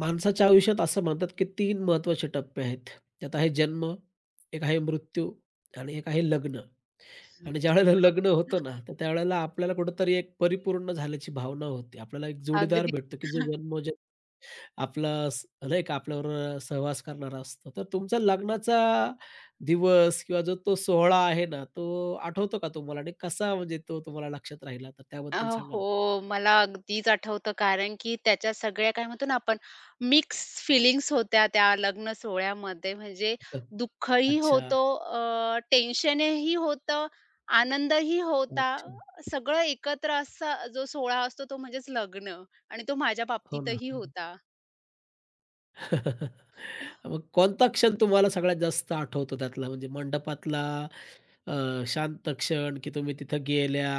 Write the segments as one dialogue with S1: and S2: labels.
S1: माणसाच्या आयुष्यात असं म्हणतात की तीन महत्त्वाचे टप्पे आहेत. त्यात आहे जन्म, एक आहे मृत्यू आणि एक आहे लग्न. आणि
S2: हं.
S1: ज्यावेळेला लग्न होतं ना, तर त्यावेळेला आपल्याला कुठेतरी एक परिपूर्ण झाल्याची भावना होते. आपल्याला एक जोडीदार
S2: अगदी
S1: भेटतो की जो जन्मोजन्म आपला नाही का आपल्यावर सहवास करणारा असतो. तर तुमचा लग्नाचा दिवस किंवा जो तो सोहळा आहे ना, तो आठवतो का तुम्हाला? आणि कसा म्हणजे तो तुम्हाला लक्षात राहिला? तर
S2: अ,
S1: त्याबद्दल सांगा
S2: हो,
S1: ना.
S2: मला अगदीच आठवतं कारण की त्याच्या सगळ्या काय म्हणतो ना आपण मिक्स फीलिंग्स होत्या त्या लग्न सोहळ्यामध्ये. म्हणजे दुःखही
S1: अच्छा.
S2: होतो, टेन्शनही होतं, आनंदही होता.
S1: अच्छा.
S2: सगळं एकत्र असा जो सोहळा असतो तो म्हणजेच लग्न आणि तो माझ्या
S1: हो ना.
S2: बाबतीतही होता.
S1: मग कोणता क्षण तुम्हाला सगळ्यात जास्त आठवतो त्यातला? म्हणजे मंडपातला अ, शांत क्षण, की तुम्ही तिथं गेल्या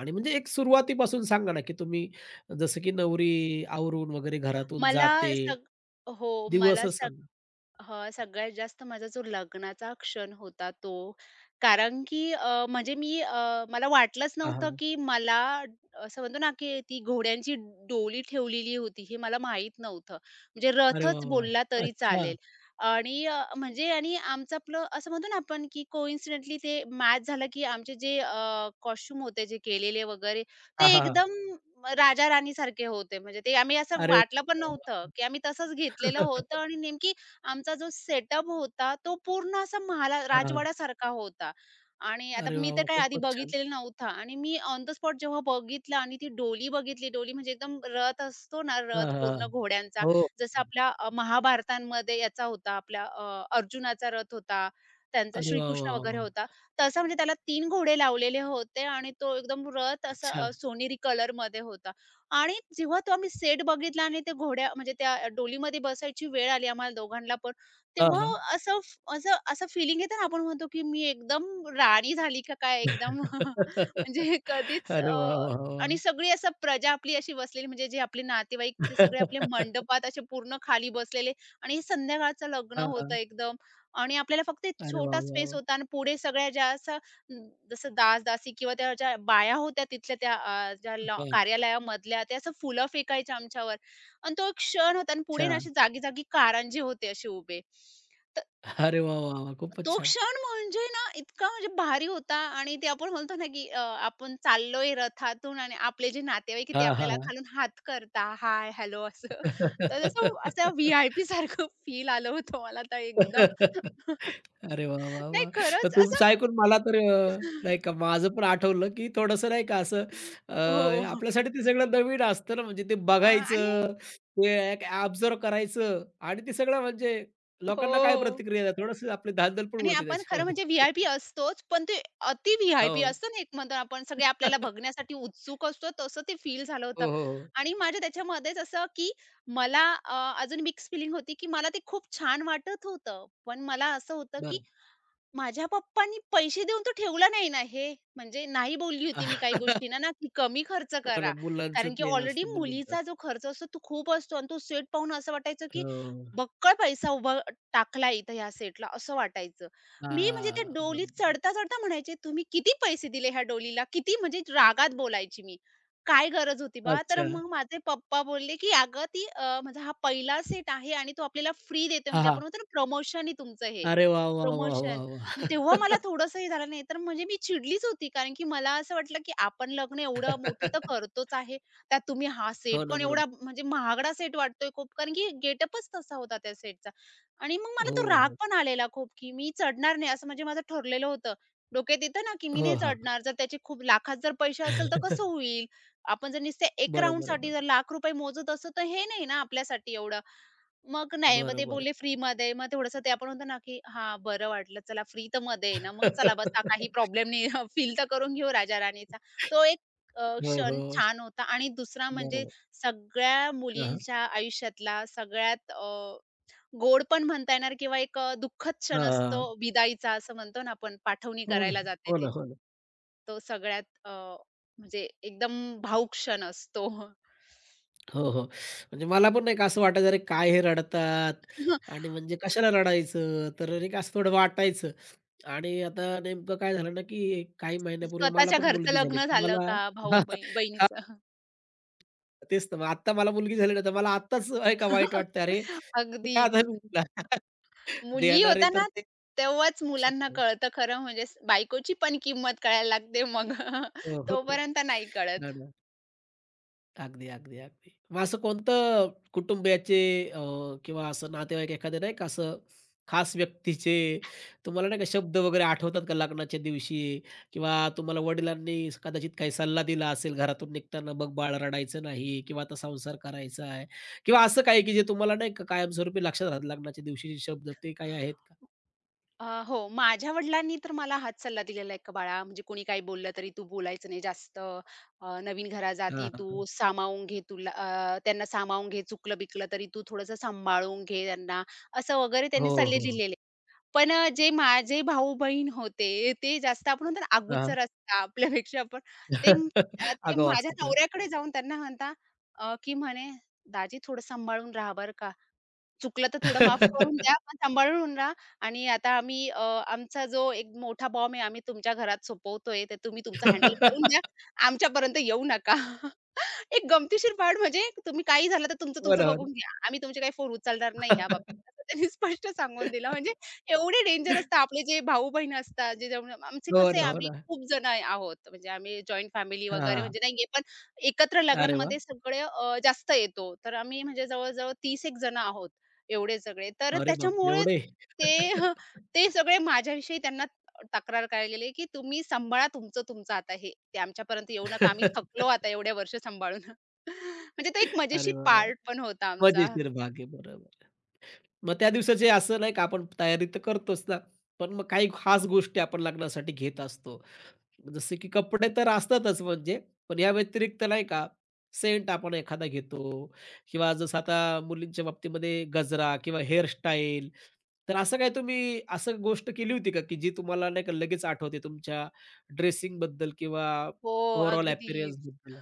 S1: आणि म्हणजे एक सुरुवातीपासून सांगा ना, की तुम्ही जसं की नवरी आवरून वगैरे घरातून
S2: मला
S1: जाते.
S2: सग हो, मला
S1: दिवसच
S2: सग
S1: सांगा.
S2: हां, सगळ्यात जास्त माझा जो लग्नाचा क्षण होता तो. कारण की म्हणजे मला वाटलंच
S1: हां,
S2: नव्हतं,
S1: हां.
S2: की मला असं म्हणतो ना, की ती घोड्यांची डोली ठेवलेली होती हे मला माहीत नव्हतं. म्हणजे
S1: अरे वाह,
S2: रथच
S1: वाह!
S2: बोलला तरी
S1: अच्छा.
S2: चालेल. आणि म्हणजे आणि आमचं आपलं असं म्हणतो ना आपण, की कोइन्सिडेंटली ते मॅच झालं, की आमचे जे होते जे केलेले वगैरे
S1: हां,
S2: ते
S1: हां, हां.
S2: एकदम राजा-राणीसारखे होते. म्हणजे ते आम्ही असं
S1: अरे
S2: वाटलं
S1: वाह!
S2: पण नव्हतं, की आम्ही तसंच घेतलेलं
S1: हां.
S2: होतं आणि नेमकी आमचा जो सेटअप होता तो पूर्ण असा महाला राजवाड्यासारखा होता. आणि आता
S1: अरे
S2: मी
S1: वाह,
S2: तर
S1: वाह!
S2: काही आधी
S1: खूपच छान.
S2: बघितलेला नव्हता आणि मी ऑन द स्पॉट जेव्हा बघितलं आणि ती डोली बघितली, डोली म्हणजे एकदम रथ असतो ना,
S1: हां,
S2: रथ
S1: हां, हां.
S2: पूर्ण घोड्यांचा.
S1: हो.
S2: जसं आपल्या महाभारतांमध्ये याचा होता आपल्या अर्जुनाचा रथ होता, त्यांचा
S1: अरे वाह,
S2: श्रीकृष्ण
S1: वाह,
S2: वगैरे
S1: वाह!
S2: होता. तसा म्हणजे त्याला 3 घोडे लावलेले होते आणि तो एकदम रथ असा
S1: अच्छा.
S2: अ, सोनेरी कलरमध्ये होता. आणि जेव्हा तो आम्ही सेट बघितला आणि ते घोड्या म्हणजे त्या डोलीमध्ये बसायची वेळ आली आम्हाला दोघांना पण,
S1: हां,
S2: तेव्हा
S1: हां.
S2: असं फ- असं असं फीलिंग येतं ना, आपण म्हणतो की मी एकदम राणी झाली का काय एकदम म्हणजे कधीच
S1: अरे
S2: अ,
S1: वाह! वाह!
S2: आणि
S1: वाह!
S2: सगळी असं प्रजा आपली अशी बसलेली म्हणजे जे आपले नातेवाईक ते सगळे आपले मंडपात असे पूर्ण खाली बसलेले आणि संध्याकाळचं लग्न
S1: हां, हां.
S2: होतं एकदम आणि आपल्याला फक्त एक
S1: अरे वाह!
S2: छोटा
S1: वाह!
S2: स्पेस
S1: वाह!
S2: होता आणि पुढे सगळ्या ज्या जसं दास-दासी किंवा त्या ज्या बाया होत्या तिथल्या त्या ज्या लॉ
S1: हां,
S2: कार्यालयामधल्या त्या असं फुलं फेकायच्या आमच्यावर आणि तो एक क्षण होता आणि पुढे ना
S1: छान.
S2: अशी जागी-जागी कारंजे होते असे उभे. तर
S1: अरे वाह! वाह! वाह! खूपच
S2: तो
S1: छान.
S2: क्षण म्हणजे ना इतका म्हणजे भारी होता आणि ते आपण म्हणतो ना, की आपण चाललोय रथातून आणि आपले जे नातेवाईक आहे ते
S1: हां,
S2: आपल्याला
S1: हां.
S2: खालून हात करता, हाय, हॅलो असं. तर जसं असं व्ही-आय-पी सारखं फील आलं होतं मला तर एकदम.
S1: अरे वाह! वाह!
S2: नाही
S1: वाह! तर
S2: खरंच असं
S1: तुमचं ऐकून मला तर नाही का माझं पण आठवलं, की थोडंसं नाही का असं
S2: हो.
S1: आपल्यासाठी ते सगळं नवीन असतं ना, म्हणजे ते
S2: आणि
S1: बघायचं, ते एक ऑब्झर्व्ह करायचं आणि ते सगळं म्हणजे लोकांना काय
S2: हो.
S1: प्रतिक्रिया आहे, आपली धांदल पण
S2: आणि
S1: उडते
S2: आपण खरं
S1: त्याच्यामध्ये.
S2: म्हणजे व्ही-आय-पी असतोच, पण ते अति
S1: हो.
S2: व्ही-आय-पी असतं ना, एक म्हणतो आपण सगळे आपल्याला बघण्यासाठी उत्सुक असतो, तसं ते फील झालं
S1: हो,
S2: होतं.
S1: हो, हो.
S2: आणि माझ्या त्याच्यामध्येच असं, की मला अजून मिक्स फीलिंग होती, की मला ते खूप छान वाटत होतं. पण मला असं होतं, की
S1: बरं.
S2: माझ्या पप्पांनी पैसे देऊन तो ठेवला नाही ना हे. म्हणजे नाही बोलली होती मी काही गोष्टींना ना, की कमी खर्च करा.
S1: बरं, मुलांचं
S2: कारण की
S1: ते
S2: ऑलरेडी
S1: असतं, मुलींचं. असतं.
S2: मुलीचा जो खर्च असतो तो खूप असतो आणि तो सेट पाहून असं वाटायचं, की
S1: हो.
S2: बक्कळ पैसा उभा टाकला इथं ह्या सेटला असं वाटायचं. मी म्हणजे त्या
S1: हां,
S2: डोलीत
S1: बरोबर.
S2: चढता-चढता म्हणायचे, "तुम्ही किती पैसे दिले ह्या डोलीला?" किती म्हणजे रागात बोलायची मी. "काय गरज होती बा?" तर
S1: अच्छा.
S2: मग माझे पप्पा बोलले, की "अगं ती माझा हा पहिला सेट आहे आणि तो आपल्याला फ्री देतोय
S1: हां,
S2: म्हणजे
S1: हां.
S2: आपण म्हणतो ना प्रमोशन आहे तुमचं हे,
S1: अरे वाह! वाह! वाह!
S2: प्रमोशन."
S1: वाह!
S2: मग
S1: वाह!
S2: तेव्हा मला थोडंसं हे झालं नाही तर म्हणजे मी चिडलीच होती. कारण की मला असं वाटलं की आपण लग्न एवढं मोठं तर करतोच आहे. त्यात तुम्ही हा सेट
S1: हो ना,
S2: पण
S1: बरोबर.
S2: एवढा म्हणजे महागडा सेट वाटतोय खूप. कारण की गेटअपच तसा होता त्या सेटचा. आणि मग मला
S1: हो,
S2: तो राग
S1: हो.
S2: पण आलेला खूप की मी चढणार नाही असं म्हणजे माझं ठरलेलं होतं. डोक्यात येतं ना की मी
S1: हो,
S2: नाही
S1: हां.
S2: चढणार. जर त्याचे खूप लाखात जर पैसे असेल तर कसं होईल? आपण जर नुसते 1
S1: बरोबर आहे,
S2: राउंडसाठी जर
S1: बरोबर.
S2: लाख रुपये मोजत असू तर हे नाही ना आपल्यासाठी एवढं. मग नाही. मग ते
S1: बरोबर
S2: बोलले
S1: आहे.
S2: फ्रीमध्ये. मग थोडंसं ते आपण म्हणतो ना, की हां, बरं वाटलं. चला फ्री तर मध्ये आहे ना. मग चला बस बसा काही प्रॉब्लेम नाही. फील तर करून घेऊ राजा-राणीचा. तो एक
S1: हो,
S2: क्षण
S1: हो.
S2: छान होता आणि दुसरा म्हणजे
S1: बरोबर.
S2: सगळ्या
S1: हां, हां.
S2: मुलींच्या आयुष्यातला सगळ्यात गोड पण म्हणता येणार किंवा एक दुःखद क्षण असतो विदाईचा असं म्हणतो ना आपण पाठवणी
S1: हो ना,
S2: करायला जाते
S1: हो
S2: ते.
S1: ना, हो ना.
S2: तो सगळ्यात म्हणजे एकदम भावूक क्षण असतो.
S1: हो, हो. म्हणजे मला पण नाही का असं वाटायचं, "अरे, काय हे रडतात आणि म्हणजे कशाला रडायचं?" तर नाही असं थोडं वाटायचं. आणि आता नेमकं काय झालं ना, की काही महिन्यापूर्वी मला
S2: स्वतःच्या
S1: पण
S2: घरचं
S1: मुलगी झाली.
S2: लग्न
S1: तर
S2: झालं
S1: मला
S2: का भाऊ-बहीण
S1: हां,
S2: बहिणीचं.
S1: तेच तर. मग आत्ता मला मुलगी झाली ना, तर मला आत्ताच नाही का वाईट वाटतं, "अरे, काय आता
S2: अगदीच.
S1: मी" मुलगा
S2: मुलगी
S1: देणारे
S2: होता
S1: तर
S2: ना,
S1: ते
S2: तेव्हाच मुलांना
S1: शकतो.
S2: कळतं खरं म्हणजे बायकोची पण किंमत कळायला लागते मग.
S1: हो, हो,
S2: तोपर्यंत नाही कळत.
S1: हो. अगदी, अगदी, अगदी. मग असं कोणतं कुटुंबियाचे अ, किंवा असं नातेवाईक एखादे नाही का असं खास व्यक्तीचे तुम्हाला नाही का शब्द वगैरे आठवतात का लग्नाच्या दिवशी किंवा तुम्हाला वडिलांनी कदाचित काही सल्ला दिला असेल घरातून निघताना "बघ बाळ रडायचं नाही" किंवा "आता संसार करायचा आहे" किंवा असं काही की जे तुम्हाला नाही का कायमस्वरूपी लक्षात राहतात लग्नाच्या दिवशीचे शब्द ते काही आहेत का?
S2: हो, माझ्या वडिलांनी तर मला हाच सल्ला दिलेला आहे, "का बाळा, म्हणजे कोणी काही बोललं तरी तू बोलायचं नाही जास्त. नवीन
S1: हां,
S2: घराजाती
S1: हां,
S2: तू
S1: हां.
S2: सामावून घे तुला त्यांना सामावून घे. चुकलं-बिकलं तरी तू थोडंसं सांभाळून घे त्यांना." असं वगैरे त्यांनी
S1: हो,
S2: सल्ले
S1: हो, हो.
S2: दिलेले. पण जे माझे भाऊ-बहीण होते, ते जास्त आपण म्हणतो ना
S1: हां.
S2: अगुचर असतात आपल्यापेक्षा पण. ते म- ते
S1: आगाऊ
S2: माझ्या
S1: असतात.
S2: नवऱ्याकडे जाऊन त्यांना म्हणता की म्हणे, "दाजी थोडं सांभाळून राहा बरं का. चुकलं तर थोडं माफ करून द्या, पण सांभाळून राहा आणि आता आम्ही आमचा जो एक मोठा बॉम्ब आहे, आम्ही तुमच्या घरात सोपवतोय, तर तुम्ही तुमचं हँडल करून द्या. आमच्यापर्यंत येऊ नका." एक गमतीशीर पार्ट म्हणजे तुम्ही काही झालं तर तुमचं
S1: हो
S2: तुमचं
S1: ना, हो ना.
S2: बघून घ्या. आम्ही तुमचे काही फोन उचलणार नाही ह्या बाबतीत. असं त्यांनी स्पष्ट सांगून दिलं. म्हणजे एवढे डेंजर असतात आपले जे भाऊ-बहीण असतात, जे जेवण आमचे
S1: हो
S2: कसे
S1: ना, हो
S2: आम्ही
S1: ना.
S2: खूप जण आहोत. म्हणजे आम्ही जॉइंट फॅमिली वगैरे
S1: हां.
S2: म्हणजे नाहीये, पण एकत्र
S1: अरे वाह!
S2: लग्नांमध्ये सगळे जास्त येतो. तर आम्ही म्हणजे जवळ-जवळ 30 एक जण आहोत, एवढे सगळे. तर
S1: अरे बापरे!
S2: त्याच्यामुळे
S1: एवढे?
S2: ते ते सगळे माझ्याविषयी त्यांना तक्रार करायला गेले, की "तुम्ही सांभाळा तुमचं, तुमचं आता हे. ते आमच्यापर्यंत येऊ नका. आम्ही थकलो आता एवढ्या वर्ष सांभाळून." म्हणजे तो एक
S1: अरे
S2: मजेशीर
S1: वाह, वाह!
S2: पार्ट पण होता आमचा.
S1: मजेशीर भाग आहे. बरोबर. मग त्या दिवसाची असं नाही का आपण तयारी तर करतोच ना, पण मग काही खास गोष्टी आपण लग्नासाठी घेत असतो. जसे की कपडे तर असतातच म्हणजे, पण या व्यतिरिक्त नाही का, सेंट आपण एखादा घेतो किंवा जसं आता मुलींच्या बाबतीमध्ये गजरा किंवा हेअरस्टाईल. तर असं काय तुम्ही असं गोष्ट केली होती का, की जी तुम्हाला नाही का लगेच आठवते तुमच्या ड्रेसिंगबद्दल किंवा
S2: हो,
S1: ओव्हरऑल
S2: अगदीच.
S1: अपीअरन्सबद्दल?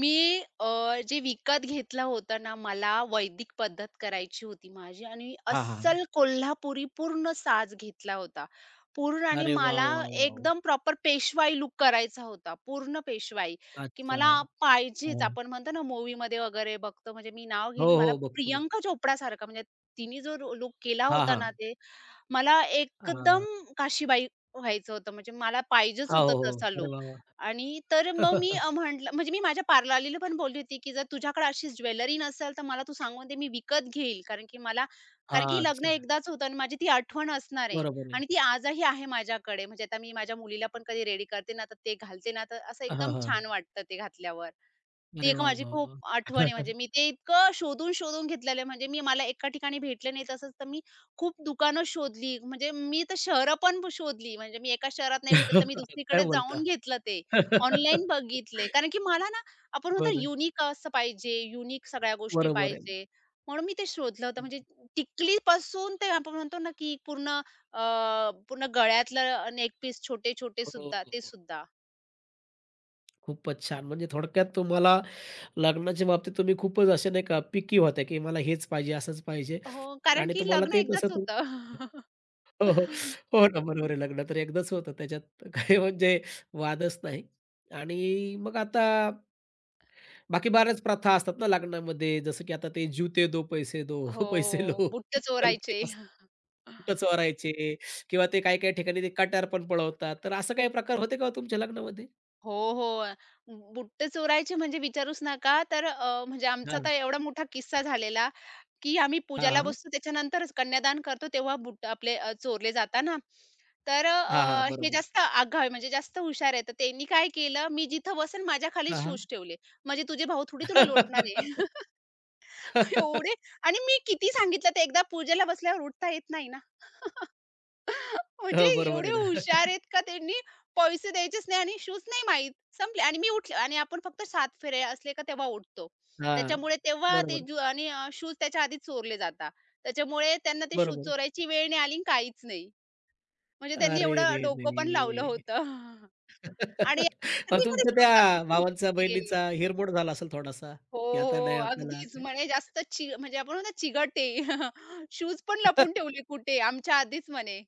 S2: मी जे विकत घेतला होता ना, मला वैदिक पद्धत करायची होती माझी आणि
S1: हां, हां, हां.
S2: अस्सल कोल्हापुरी पूर्ण साज घेतला होता. पूर्ण आणि
S1: अरे वाह!
S2: मला
S1: वाह! वाह! वाह!
S2: एकदम प्रॉपर पेशवाई लुक करायचा होता. पूर्ण पेशवाई, की
S1: अच्छा.
S2: मला पाहिजेच.
S1: हो.
S2: आपण म्हणतो ना मूव्हीमध्ये वगैरे बघतो, म्हणजे मी नाव
S1: हो,
S2: घेईल, मला
S1: हो. बघतो, बघतो.
S2: प्रियंका चोपडासारखा म्हणजे तिने जो रू केला
S1: हां,
S2: होता ना,
S1: हां.
S2: ते मला एकदम
S1: हां.
S2: काशीबाई व्हायचं होतं. म्हणजे मला पाहिजेच
S1: हां,
S2: होतं
S1: हो, हो.
S2: तसा
S1: अरे
S2: लूक.
S1: वाह! वाह!
S2: आणि तर
S1: हां,
S2: मग म्हटलं म्हणजे मी माझ्या पार्लरला पण बोलली होती, की "जर तुझ्याकडे अशी ज्वेलरी नसेल, तर मला तू सांगून दे, मी विकत घेईल." कारण की मला कारण की लग्न
S1: अच्छा.
S2: एकदाच होतं आणि माझी ती आठवण असणार आहे
S1: बरोबर आहे.
S2: आणि ती आजही आहे माझ्याकडे. म्हणजे आता मी माझ्या मुलीला पण कधी रेडी करते ना, तर ते घालते ना, तर असं
S1: हां,
S2: एकदम
S1: हां.
S2: छान वाटतं ते घातल्यावर. ती
S1: अरे
S2: एक
S1: वाह,
S2: माझी
S1: वाह,
S2: खूप
S1: वाह!
S2: आठवण आहे म्हणजे मी ते इतकं शोधून घेतलेलं आहे. म्हणजे मी मला एका ठिकाणी भेटले नाही तसंच तर मी खूप दुकानं शोधली. म्हणजे मी तर शहरं पण शोधली. म्हणजे मी एका शहरात नाही भेटत तर मी
S1: काय
S2: दुसरीकडे जाऊन
S1: बोलता?
S2: घेतलं ते. ऑनलाईन बघितले. कारण की मला ना आपण म्हणतो
S1: बरं,
S2: युनिक असं पाहिजे, युनिक सगळ्या गोष्टी
S1: बरोबर आहे.
S2: पाहिजे. म्हणून मी ते शोधलं होतं. म्हणजे टिकलीपासून ते आपण म्हणतो ना की अ, पूर्ण गळ्यातलं नेकपीस छोटे-छोटे
S1: हो, हो,
S2: सुद्धा ते
S1: हो.
S2: सुद्धा.
S1: खूपच छान. म्हणजे थोडक्यात तुम्हाला लग्नाच्या बाबतीत तुम्ही खूपच असे नाही का पिकी होत्या, की मला हेच पाहिजे, असंच पाहिजे
S2: हो, कारण
S1: आणि
S2: की
S1: तुम्हाला
S2: लग्न
S1: ते तसं
S2: एकदाच होतं.
S1: हो, हो. हो ना, बरोबर आहे. लग्न तर एकदाच होतं त्याच्यात काही म्हणजे वादच नाही आणि मग आता बाकी बऱ्याच प्रथा असतात ना लग्नामध्ये, जसं की आता ते "जूते दो, पैसे दो, पैसे
S2: हो,
S1: लो."
S2: बुट्टे
S1: तर ते
S2: चोरायचे.
S1: असं बोटं चोरायचे किंवा ते काही-काही ठिकाणी ते कट्यार पण पळवतात. तर असं काही प्रकार होते का हो तुमच्या लग्नामध्ये?
S2: हो, हो. बुट्टे चोरायचे म्हणजे विचारूच नका. तर म्हणजे आमचा तर
S1: हां,
S2: एवढा मोठा किस्सा झालेला, की आम्ही
S1: हां,
S2: पूजाला
S1: हां.
S2: बसतो त्याच्यानंतरच कन्यादान करतो तेव्हा बूट आपले चोरले जाता ना. तर
S1: हां, हां.
S2: हे
S1: बरोबर.
S2: जास्त आगाऊ म्हणजे जास्त हुशार आहे. तर त्यांनी काय केलं, मी जिथं बसेन माझ्या खाली
S1: हां, हां.
S2: शूज ठेवले. म्हणजे तुझे भाऊ थोडी तुला लोटणार आहे. एवढे आणि मी किती सांगितलं ते एकदा पूजेला बसल्यावर उठता येत नाही ना. म्हणजे
S1: हो, बरोबर
S2: एवढे
S1: आहे ना.
S2: हुशार आहेत का त्यांनी पैसे द्यायचेच नाही आणि शूज नाही माहीत. संपले आणि मी उठले आणि आपण फक्त 7 फेरे असले का तेव्हा उठतो.
S1: हां.
S2: त्याच्यामुळे तेव्हा ते
S1: बरोबर,
S2: जू आणि शूज त्याच्या आधीच चोरले जातात. त्याच्यामुळे त्यांना ते शूज
S1: बरोबर.
S2: चोरायची वेळ नाही आली काहीच नाही. म्हणजे त्यांनी
S1: अरे रे
S2: एवढं डोकं पण लावलं
S1: रे!
S2: होतं. आणि
S1: मग
S2: सगळीकडे
S1: तुमच्या
S2: शोधतात
S1: त्या
S2: कुठे
S1: भावांचा,
S2: कुठे गेले.
S1: बहिणीचा हिरमोड झाला असेल थोडासा,
S2: हो,
S1: की आता
S2: हो.
S1: नाही आपल्याला
S2: अगदीच
S1: काय?
S2: म्हणे जास्त चि म्हणजे आपण म्हणतो ना चिघटे. शूज पण लपून ठेवले कुठे आमच्या आधीच म्हणे.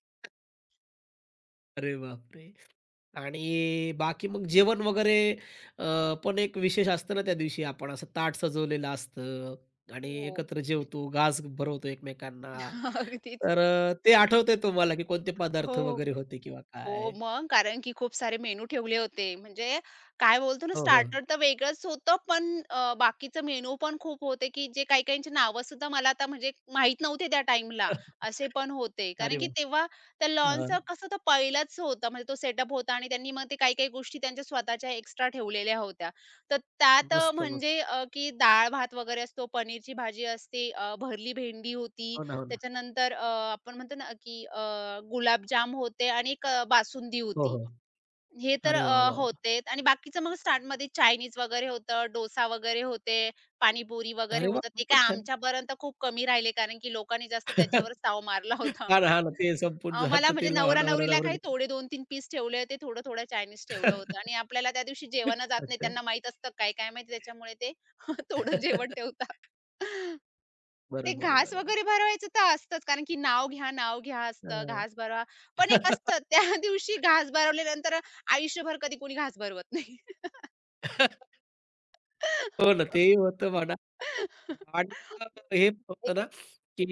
S1: अरे बापरे! आणि बाकी मग जेवण वगैरे अ, पण एक विशेष असतं ना त्या दिवशी आपण असं ताट सजवलेलं असतं आणि
S2: हो.
S1: एकत्र जेवतो, घास भरवतो एकमेकांना.
S2: अगदीच.
S1: तर ते आठवतंय तुम्हाला की कोणते पदार्थ
S2: हो.
S1: वगैरे होते किंवा
S2: हो,
S1: काय?
S2: मग कारण की खूप सारे मेनू ठेवले होते. म्हणजे काय बोलतो ना,
S1: हो, हो.
S2: स्टार्टर तर वेगळंच होतं, पण बाकीचं मेनू पण खूप होते, की जे काही काहींची नावंसुद्धा मला आता म्हणजे माहीत नव्हते त्या टाईमला, असे पण होते. कारण
S1: अरे
S2: की
S1: वाह!
S2: तेव्हा त्या
S1: हां.
S2: लॉन्सचं कसं होतं, पहिलंच होतं, म्हणजे तो सेटअप होता आणि त्यांनी मग ते काही-काही गोष्टी त्यांच्या स्वतःच्या एक्स्ट्रा ठेवलेल्या होत्या. तर त्यात अ,
S1: मस्त, मस्त.
S2: म्हणजे अ, की डाळ-भात वगैरे असतो, पनीरची भाजी असते, भरली भेंडी होती,
S1: हो ना, हो ना.
S2: त्याच्यानंतर आपण म्हणतो ना, की गुलाबजाम होते आणि एक बासुंदी
S1: हो,
S2: होती.
S1: हो.
S2: हे तर
S1: अरे वाह, वाह, वाह!
S2: होतेच आणि बाकीचं मग स्टार्टमध्ये चायनीज वगैरे होतं, डोसा वगैरे होते, पाणीपुरी वगैरे
S1: अरे वाह!
S2: होतं. ते काय
S1: खूपच छान.
S2: आमच्यापर्यंत खूप कमी राहिले, कारण की लोकांनी जास्त त्याच्यावरच ताव मारला होता.
S1: हां ना, हां ना. ते संपून
S2: मला
S1: जातं ते
S2: म्हणजे
S1: लहान
S2: नवरा-नवरीला काही
S1: नवरा-नवरीला.
S2: थोडे 2-3 पीस ठेवले होते, थोडं-थोडं चायनीज ठेवलं होतं आणि आपल्याला त्या दिवशी जेवणच जात नाही.
S1: अच्छा.
S2: त्यांना माहीत असतं काय-काय माहिती त्याच्यामुळे ते थोडं जेवण ठेवतात. ते
S1: बरोबर आहे,
S2: घास
S1: बरोबर आहे.
S2: वगैरे भरवायचं तर असतंच, कारण की नाव घ्या, नाव घ्या असतं,
S1: हां.
S2: घास भरवा. पण एक असतं त्या दिवशी घास भरवल्यानंतर आयुष्यभर कधी कोणी घास भरवत नाही.
S1: हो ना, तेही होतं म्हणा. आणि मग हे पण
S2: एक
S1: होतं ना, की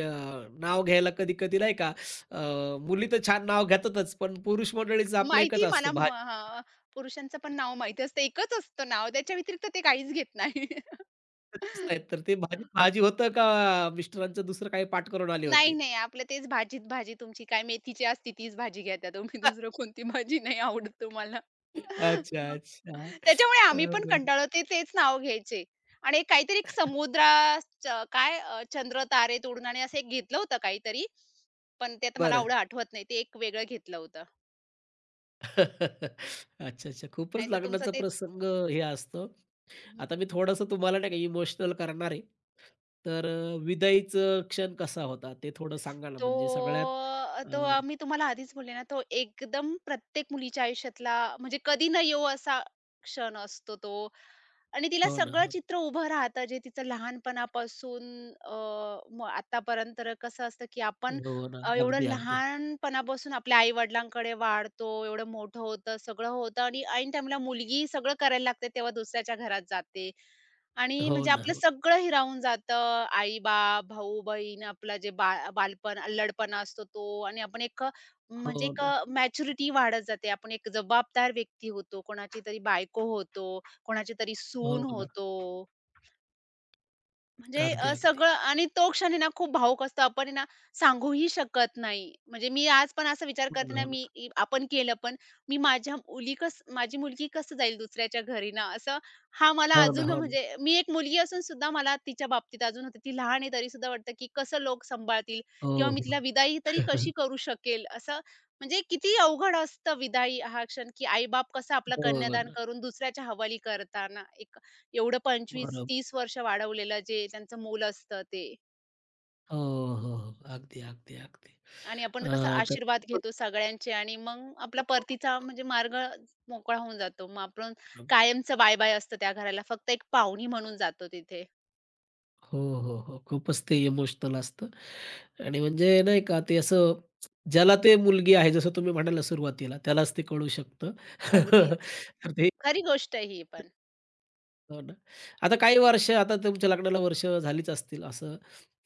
S1: नाव घ्यायला कधी-कधी नाही का मुली तर छान नाव घेतातच, पण पुरुष मंडळीचं आपलं एकच
S2: माहिती म्हणा
S1: असतं,
S2: म
S1: भाजी
S2: हां, पुरुषांचं पण नाव माहिती असतं. एकच असतं नाव. त्याच्या व्यतिरिक्त ते काहीच घेत नाही.
S1: करतच नाहीत. तर ते भाजीत भाजी होतं का मिस्टरांचं दुसरं काही पाठ करून आले
S2: नाही,
S1: होते?
S2: नाही. आपलं तेच भाजीत भाजी तुमची काय मेथीची असती तीच भाजी घेता तुम्ही. दुसरं कोणती भाजी नाही आवडत तुम्हाला.
S1: अच्छा,
S2: हां.
S1: अच्छा.
S2: त्याच्यामुळे
S1: अ,
S2: आम्ही पण कंटाळलो ते तेच नाव घ्यायचे. आणि एक काहीतरी एक समुद्राच काय चंद्र तारे तोडून आणि असं एक घेतलं होतं काहीतरी. पण ते आता मला
S1: बरं.
S2: एवढं आठवत नाही. ते एक वेगळं घेतलं होतं.
S1: अच्छा, अच्छा. खूपच
S2: नाहीतर तुमचं
S1: लग्नाचा
S2: तेच
S1: प्रसंग हे असतो. आता मी थोडंसं तुम्हाला नाही का इमोशनल करणार आहे. तर विदाईचं क्षण कसा होता ते थोडं सांगा ना,
S2: तो
S1: म्हणजे सगळ्यात
S2: मी तुम्हाला आधीच बोलले ना, तो एकदम प्रत्येक मुलीच्या आयुष्यातला म्हणजे कधी न येवो असा क्षण असतो तो. आणि तिला
S1: हो ना,
S2: सगळं
S1: हो
S2: चित्र उभं राहतं जे तिचं लहानपणापासून अ, मग आतापर्यंत कसं असतं, की आपण
S1: ना. हो ना.
S2: अ, एवढं
S1: अगदी, अगदी.
S2: लहानपणापासून आपल्या आई-वडिलांकडे वाढतो, एवढं मोठं होतं, सगळं होतं आणि ऐन टाईमला मुलगी सगळं करायला लागते, तेव्हा दुसऱ्याच्या घरात जाते. आणि
S1: हो
S2: म्हणजे
S1: ना,
S2: आपलं
S1: हो.
S2: सगळं हिरावून जातं. आई-बाप, भाऊ-बहीण, आपलं जे बाळ बालपण, अल्लडपणा असतो तो आणि आपण एक म्हणजे
S1: हो
S2: एक
S1: ना,
S2: मॅच्युरिटी वाढत जाते. आपण एक जबाबदार व्यक्ती होतो, कोणाची तरी बायको होतो, कोणाची तरी सून
S1: हो ना.
S2: होतो. म्हणजे
S1: अगदी, अगदी.
S2: सगळं आणि तो क्षण आहे ना खूप भावूक असतो. आपण आहे ना सांगूही शकत नाही. म्हणजे मी आज पण असा विचार
S1: हो
S2: करते
S1: ना,
S2: ना,
S1: हो
S2: मी
S1: ना.
S2: इ आपण केलं पण मी माझ्या मुली कस माझी मुलगी कसं जाईल दुसऱ्याच्या घरी ना, असं हा मला
S1: हो ना,
S2: अजून
S1: हो ना.
S2: म्हणजे मी एक मुलगी असून सुद्धा मला तिच्या बाबतीत अजून होते. ती लहान आहे तरी सुद्धा वाटतं, की कसं लोक सांभाळतील किंवा
S1: हो,
S2: मी तिला
S1: हो.
S2: विदाई तरी कशी करू शकेल. असं म्हणजे किती अवघड असतं विदाई हा क्षण, की आई-बाप कसं आपलं
S1: हो
S2: कन्यादान
S1: ना.
S2: करून दुसऱ्याच्या हवाली करताना एक एवढं
S1: बरोबर.
S2: 25-30 वर्ष वाढवलेलं जे त्यांचं मूल असतं ते.
S1: हो, हो, हो. अगदी, अगदी, अगदी.
S2: आणि आपण कसा
S1: तर
S2: आशीर्वाद
S1: खूपच
S2: घेतो सगळ्यांचे आणि मग आपला
S1: हो, हो.
S2: परतीचा म्हणजे मार्ग मोकळा होऊन जातो. मग आपण कायमचं बाय-बाय असतं त्या घराला. फक्त एक पाहुणी म्हणून जातो तिथे.
S1: हो, हो, हो. खूपच ते इमोशनल असतं आणि म्हणजे नाही का ते असं ज्याला ते मुलगी आहे जसं तुम्ही म्हणाला सुरुवातीला त्यालाच ते कळू शकतं.
S2: अगदीच.
S1: तर ते
S2: खरी गोष्ट आहे ही पण.
S1: हो ना. आता काही वर्ष आता तुमच्या लग्नाला वर्ष झालीच असतील असं.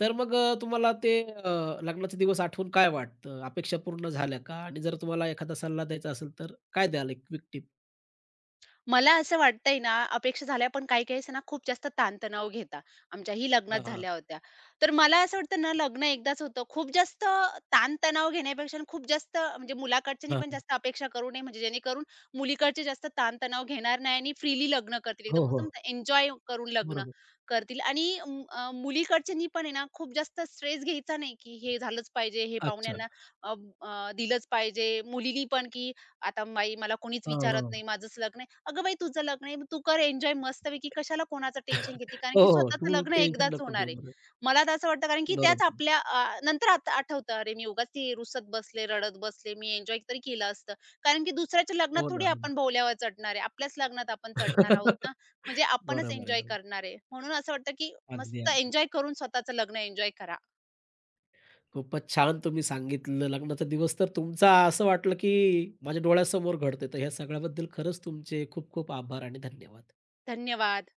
S1: तर मग तुम्हाला ते लग्नाचा दिवस आठवून काय वाटतं? अपेक्षा पूर्ण झाल्या का? आणि जर तुम्हाला एखादा सल्ला द्यायचा असेल तर काय द्याल एक क्विक टिप?
S2: मला असं वाटतंय ना, अपेक्षा झाल्या पण काही-काही असं ना खूप जास्त ताणतणाव घेता. आमच्याही लग्नात
S1: हां, हां.
S2: झाल्या होत्या. तर मला असं वाटतं ना लग्न एकदाच होतं. खूप जास्त ताणतणाव घेण्यापेक्षा आणि खूप जास्त म्हणजे मुलाकडच्यांनी
S1: हां,
S2: पण
S1: हां.
S2: जास्त अपेक्षा करू नये म्हणजे जेणेकरून मुलीकडचे जास्त ताणतणाव घेणार नाही आणि फ्रीली लग्न करतील.
S1: हो,
S2: एकदम असं
S1: हो.
S2: म्हणतात एन्जॉय करून लग्न
S1: बरोबर.
S2: करतील आणि मुलीकडच्यांनी पण आहे ना खूप जास्त स्ट्रेस घ्यायचा नाही, की हे झालंच पाहिजे, हे
S1: अच्छा.
S2: पाहुण्यांना अ, अ, दिलंच पाहिजे. मुलीनी पण की आता बाई मला कोणीच
S1: हां,
S2: विचारत
S1: हां.
S2: नाही, माझंच लग्न आहे. अगं बाई तुझं लग्न आहे, मग तू कर एन्जॉय मस्तपैकी कशाला कोणाचं टेन्शन घेते? कारण
S1: हो,
S2: की
S1: हो.
S2: स्वतःचं
S1: तू
S2: लग्न
S1: टेन्शन
S2: एकदाच
S1: नको
S2: होणार
S1: घेऊ
S2: आहे.
S1: म्हणून.
S2: मला तर असं वाटतं कारण की त्याच
S1: बरोबर.
S2: आपल्या अ, नंतर आत आठवतं अरे मी उगाच ती रुसत बसले, रडत बसले, मी एन्जॉय तरी केलं असतं. कारण की दुसऱ्याच्या लग्नात
S1: हो
S2: थोडी
S1: ना, हो ना.
S2: आपण भोवल्यावर चढणार आहे. आपल्याच लग्नात आपण चढणार आहोत ना. म्हणजे आपणच
S1: बरोबर आहे,
S2: एन्जॉय
S1: बरोबर.
S2: करणार आहे. म्हणून असं वाटतं की
S1: अगदी,
S2: मस्त
S1: अगदी.
S2: एन्जॉय करून स्वतःचं लग्न एन्जॉय करा.
S1: खूपच छान तुम्ही सांगितलं. लग्नाचा दिवस तर तुमचा असं वाटलं, की माझ्या डोळ्यासमोर घडतोय. तर ह्या सगळ्याबद्दल खरंच तुमचे खूप खूप आभार आणि धन्यवाद.
S2: धन्यवाद.